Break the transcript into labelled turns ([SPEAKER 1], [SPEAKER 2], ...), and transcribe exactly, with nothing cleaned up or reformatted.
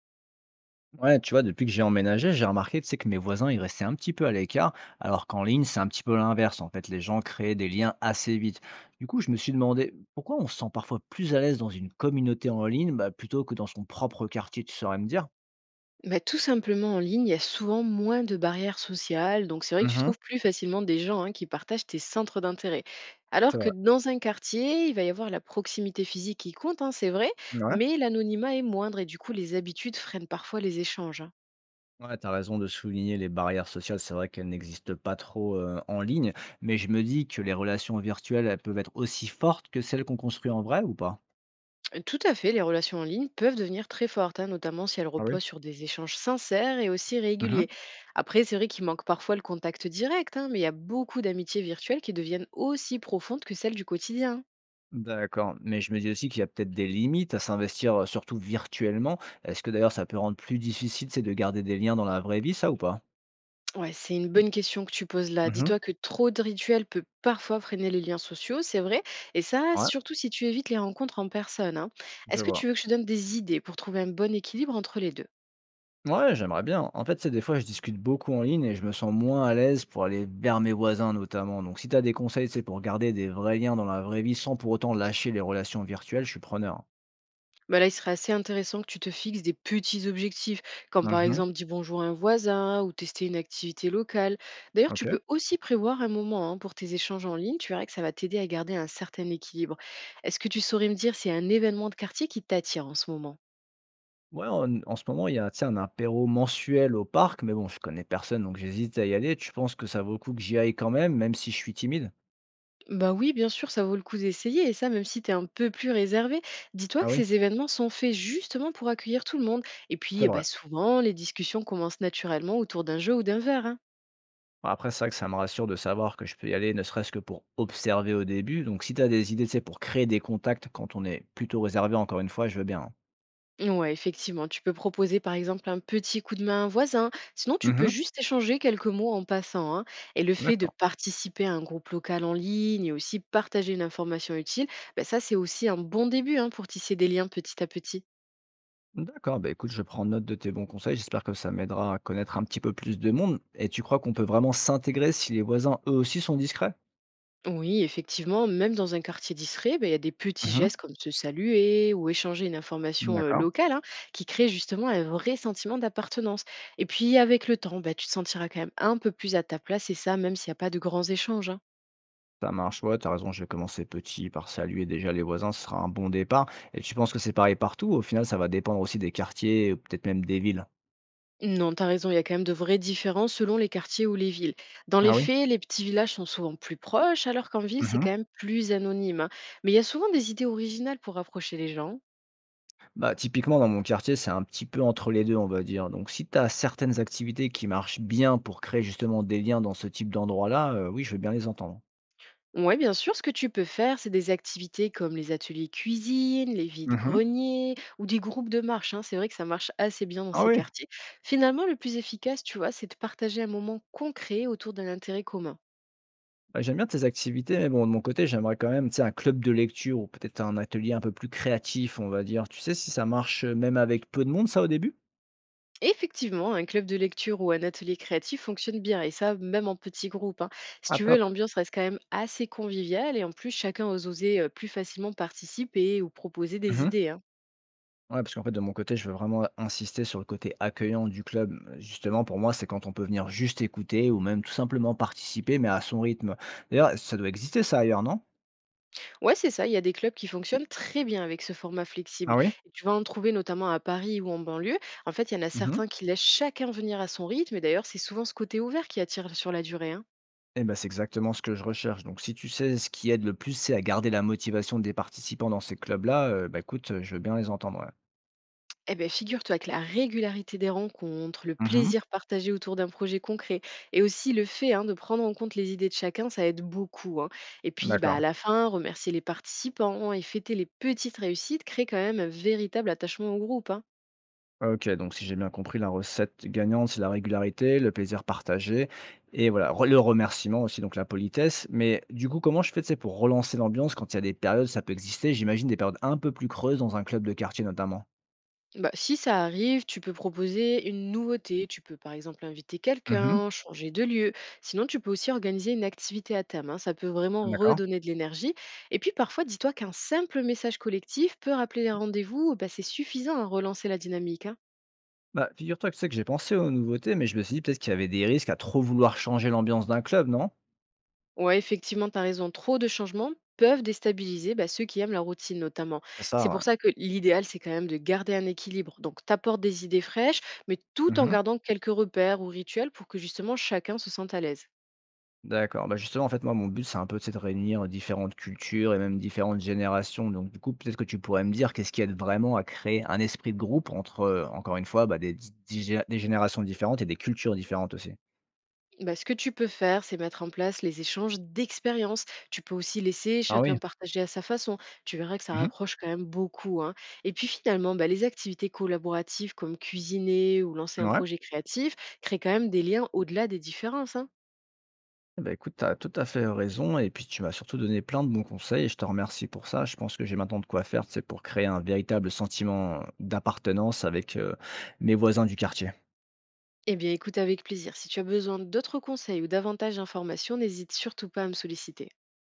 [SPEAKER 1] Ouais, tu vois, depuis que j'ai emménagé, j'ai remarqué, tu sais, que mes voisins, ils restaient un petit peu à l'écart, alors qu'en ligne, c'est un petit peu l'inverse. En fait, les gens créaient des liens assez vite. Du coup, je me suis demandé pourquoi on se sent parfois plus à l'aise dans une communauté en ligne bah, plutôt que dans son propre quartier, tu saurais me dire?
[SPEAKER 2] Bah, tout simplement en ligne, il y a souvent moins de barrières sociales, donc c'est vrai que tu
[SPEAKER 1] Mhm,
[SPEAKER 2] trouves plus facilement des gens, hein, qui partagent tes centres d'intérêt.
[SPEAKER 1] c'est
[SPEAKER 2] Alors que
[SPEAKER 1] vrai.
[SPEAKER 2] dans un quartier, il va y avoir la proximité physique qui compte, hein, c'est vrai,
[SPEAKER 1] Ouais.
[SPEAKER 2] mais l'anonymat est moindre et du coup les habitudes freinent parfois les échanges, hein.
[SPEAKER 1] Ouais, t'as raison de souligner les barrières sociales. C'est vrai qu'elles n'existent pas trop euh, en ligne, mais je me dis que les relations virtuelles, elles peuvent être aussi fortes que celles qu'on construit en vrai ou pas?
[SPEAKER 2] Euh, Tout à fait, les relations en ligne peuvent devenir très fortes, hein, notamment si elles
[SPEAKER 1] Ah oui.
[SPEAKER 2] reposent sur des échanges sincères et aussi
[SPEAKER 1] Mhm.
[SPEAKER 2] réguliers. Après, c'est vrai qu'il manque parfois le contact direct, hein, mais il y a beaucoup d'amitiés virtuelles qui deviennent aussi profondes que celles du quotidien.
[SPEAKER 1] D'accord, mais je me dis aussi qu'il y a peut-être des limites à s'investir, heu, surtout virtuellement. Est-ce que d'ailleurs ça peut rendre plus difficile, c'est de garder des liens dans la vraie vie, ça ou pas?
[SPEAKER 2] Ouais, c'est une bonne question que tu poses là.
[SPEAKER 1] Mmh.
[SPEAKER 2] Dis-toi que trop de rituels peut parfois freiner les liens sociaux, c'est vrai, et ça,
[SPEAKER 1] Ouais,
[SPEAKER 2] surtout si tu évites les rencontres en personne, hein.
[SPEAKER 1] je
[SPEAKER 2] Est-ce que
[SPEAKER 1] vois.
[SPEAKER 2] tu veux que je te donne des idées pour trouver un bon équilibre entre les deux?
[SPEAKER 1] Ouais, j'aimerais bien. En fait, c'est des fois, je discute beaucoup en ligne et je me sens moins à l'aise pour aller vers mes voisins notamment. Donc si tu as des conseils, c'est pour garder des vrais liens dans la vraie vie sans pour autant lâcher les relations virtuelles, je suis preneur.
[SPEAKER 2] Bah là, il serait assez intéressant que tu te fixes des petits objectifs, comme par
[SPEAKER 1] Mmh.
[SPEAKER 2] exemple dire bonjour à un voisin ou tester une activité locale. D'ailleurs,
[SPEAKER 1] OK.
[SPEAKER 2] tu peux aussi prévoir un moment, hein, pour tes échanges en ligne, tu verras que ça va t'aider à garder un certain équilibre. Est-ce que tu saurais me dire s'il y a un événement de quartier qui t'attire en ce moment?
[SPEAKER 1] Ouais, en en ce moment, il y a, tu sais, un apéro mensuel au parc, mais bon, je connais personne, donc j'hésite à y aller. Tu penses que ça vaut le coup que j'y aille quand même, même si je suis timide?
[SPEAKER 2] Bah oui, bien sûr, ça vaut le coup d'essayer, et ça, même si tu es un peu plus réservé. Dis-toi
[SPEAKER 1] Ah
[SPEAKER 2] que
[SPEAKER 1] oui?
[SPEAKER 2] ces événements sont faits justement pour accueillir tout le monde. Et puis,
[SPEAKER 1] C'est
[SPEAKER 2] eh
[SPEAKER 1] vrai.
[SPEAKER 2] bah, souvent, les discussions commencent naturellement autour d'un jeu ou d'un verre, hein.
[SPEAKER 1] Bah, après, c'est vrai que ça me rassure de savoir que je peux y aller, ne serait-ce que pour observer au début. Donc, si tu as des idées, tu sais, pour créer des contacts quand on est plutôt réservé, encore une fois, je veux bien, hein.
[SPEAKER 2] Ouais, effectivement, tu peux proposer par exemple un petit coup de main à un voisin, sinon tu peux
[SPEAKER 1] Mhm.
[SPEAKER 2] juste échanger quelques mots en passant, hein. Et le fait de
[SPEAKER 1] D'accord.
[SPEAKER 2] participer à un groupe local en ligne et aussi partager une information utile, bah ça c'est aussi un bon début, hein, pour tisser des liens petit à petit.
[SPEAKER 1] D'accord, bah, écoute, je prends note de tes bons conseils. J'espère que ça m'aidera à connaître un petit peu plus de monde. Et tu crois qu'on peut vraiment s'intégrer si les voisins, eux aussi, sont discrets?
[SPEAKER 2] Oui, effectivement, même dans un quartier discret, ben, il y a des petits
[SPEAKER 1] Mhm.
[SPEAKER 2] gestes comme se saluer ou échanger une information euh,
[SPEAKER 1] D'accord.
[SPEAKER 2] locale, hein, qui créent justement un vrai sentiment d'appartenance. Et puis avec le temps, ben, tu te sentiras quand même un peu plus à ta place et ça, même s'il n'y a pas de grands échanges, hein.
[SPEAKER 1] Ça marche, ouais, t'as raison, je vais commencer petit par saluer déjà les voisins, ce sera un bon départ. Et tu penses que c'est pareil partout? Au final, ça va dépendre aussi des quartiers, ou peut-être même des villes.
[SPEAKER 2] Non, t'as raison, il y a quand même de vraies différences selon les quartiers ou les villes. Dans
[SPEAKER 1] Ah
[SPEAKER 2] les
[SPEAKER 1] oui.
[SPEAKER 2] faits, les petits villages sont souvent plus proches, alors qu'en ville, c'est
[SPEAKER 1] Mhm.
[SPEAKER 2] quand même plus anonyme, hein. Mais il y a souvent des idées originales pour rapprocher les gens.
[SPEAKER 1] Bah, typiquement, dans mon quartier, c'est un petit peu entre les deux on va dire. Donc, si tu as certaines activités qui marchent bien pour créer justement des liens dans ce type d'endroit-là, heu, oui, je veux bien les entendre.
[SPEAKER 2] Ouais, bien sûr, ce que tu peux faire, c'est des activités comme les ateliers cuisine, les
[SPEAKER 1] Mmh.
[SPEAKER 2] vides-greniers ou des groupes de marche, hein. C'est vrai que ça marche assez bien dans
[SPEAKER 1] Ah
[SPEAKER 2] ces
[SPEAKER 1] oui,
[SPEAKER 2] quartiers. Finalement, le plus efficace, tu vois, c'est de partager un moment concret autour d'un intérêt commun.
[SPEAKER 1] bah, j'aime bien tes activités, mais bon, de mon côté, j'aimerais quand même, tu sais, un club de lecture ou peut-être un atelier un peu plus créatif, on va dire. Tu sais si ça marche, heu, même avec peu de monde, ça, au début?
[SPEAKER 2] Et effectivement, un club de lecture ou un atelier créatif fonctionne bien, et ça, même en petit groupe, hein. Si
[SPEAKER 1] Ah
[SPEAKER 2] tu veux,
[SPEAKER 1] top.
[SPEAKER 2] l'ambiance reste quand même assez conviviale, et en plus, chacun ose oser euh, plus facilement participer ou proposer des
[SPEAKER 1] Mmh.
[SPEAKER 2] idées, hein.
[SPEAKER 1] Ouais, parce qu'en fait, de mon côté, je veux vraiment insister sur le côté accueillant du club. Justement, pour moi, c'est quand on peut venir juste écouter ou même tout simplement participer, mais à son rythme. D'ailleurs, ça doit exister ça ailleurs, non?
[SPEAKER 2] Ouais, c'est ça, il y a des clubs qui fonctionnent très bien avec ce format
[SPEAKER 1] Ah
[SPEAKER 2] flexible.
[SPEAKER 1] oui?
[SPEAKER 2] Et tu vas en trouver notamment à Paris ou en banlieue. En fait, il y en a
[SPEAKER 1] Mmh mh.
[SPEAKER 2] certains qui laissent chacun venir à son rythme. Et d'ailleurs, c'est souvent ce côté ouvert qui attire sur la durée, hein.
[SPEAKER 1] Et bah, c'est exactement ce que je recherche. Donc si tu sais ce qui aide le plus, c'est à garder la motivation des participants dans ces clubs-là, heu, bah, écoute, je veux bien les entendre, ouais.
[SPEAKER 2] Eh bien, figure-toi que la régularité des rencontres, le
[SPEAKER 1] Mmh.
[SPEAKER 2] plaisir partagé autour d'un projet concret et aussi le fait, hein, de prendre en compte les idées de chacun, ça aide beaucoup, hein. Et puis, bah, à
[SPEAKER 1] D'accord.
[SPEAKER 2] la fin, remercier les participants et fêter les petites réussites crée quand même un véritable attachement au groupe, hein.
[SPEAKER 1] OK, donc si j'ai bien compris, la recette gagnante, c'est la régularité, le plaisir partagé et voilà, re le remerciement aussi, donc la politesse. Mais du coup, comment je fais, tu sais, pour relancer l'ambiance quand il y a des périodes, ça peut exister, j'imagine des périodes un peu plus creuses dans un club de quartier notamment?
[SPEAKER 2] Bah, si ça arrive, tu peux proposer une nouveauté. Tu peux par exemple inviter
[SPEAKER 1] Mmh.
[SPEAKER 2] quelqu'un, changer de lieu. Sinon, tu peux aussi organiser une activité à thème, hein. Ça peut vraiment
[SPEAKER 1] D'accord.
[SPEAKER 2] redonner de l'énergie. Et puis parfois, dis-toi qu'un simple message collectif peut rappeler les rendez-vous. Bah, c'est suffisant à relancer la dynamique, hein.
[SPEAKER 1] Bah, figure-toi que c'est que j'ai pensé aux nouveautés, mais je me suis dit peut-être qu'il y avait des risques à trop vouloir changer l'ambiance d'un club, non?
[SPEAKER 2] Ouais, effectivement, tu as raison. Trop de changements peuvent déstabiliser, bah, ceux qui aiment la routine notamment.
[SPEAKER 1] C'est
[SPEAKER 2] C'est
[SPEAKER 1] ça,
[SPEAKER 2] pour ça que l'idéal, c'est quand même de garder un équilibre. Donc, t'apportes des idées fraîches, mais
[SPEAKER 1] ouais.
[SPEAKER 2] tout en
[SPEAKER 1] Mmh.
[SPEAKER 2] gardant quelques repères ou rituels pour que justement chacun se sente à l'aise.
[SPEAKER 1] D'accord, bah, justement, en fait, moi, mon but, c'est un peu, tu sais, de réunir différentes cultures et même différentes générations. Donc, du coup, peut-être que tu pourrais me dire qu'est-ce qui aide vraiment à créer un esprit de groupe entre, heu, encore une fois, bah, des di di gé des générations différentes et des cultures différentes aussi?
[SPEAKER 2] Bah, ce que tu peux faire, c'est mettre en place les échanges d'expériences. Tu peux aussi laisser
[SPEAKER 1] Ah
[SPEAKER 2] chacun
[SPEAKER 1] oui.
[SPEAKER 2] partager à sa façon. Tu verras que ça
[SPEAKER 1] Mmh.
[SPEAKER 2] rapproche quand même beaucoup, hein. Et puis finalement, bah, les activités collaboratives comme cuisiner ou lancer un
[SPEAKER 1] Ouais.
[SPEAKER 2] projet créatif créent quand même des liens au-delà des différences, hein.
[SPEAKER 1] Eh bah, écoute, tu as tout à fait raison et puis tu m'as surtout donné plein de bons conseils et je te remercie pour ça. Je pense que j'ai maintenant de quoi faire, tu sais, pour créer un véritable sentiment d'appartenance avec, heu, mes voisins du quartier.
[SPEAKER 2] Eh bien, écoute avec plaisir. Si tu as besoin d'autres conseils ou davantage d'informations, n'hésite surtout pas à me solliciter.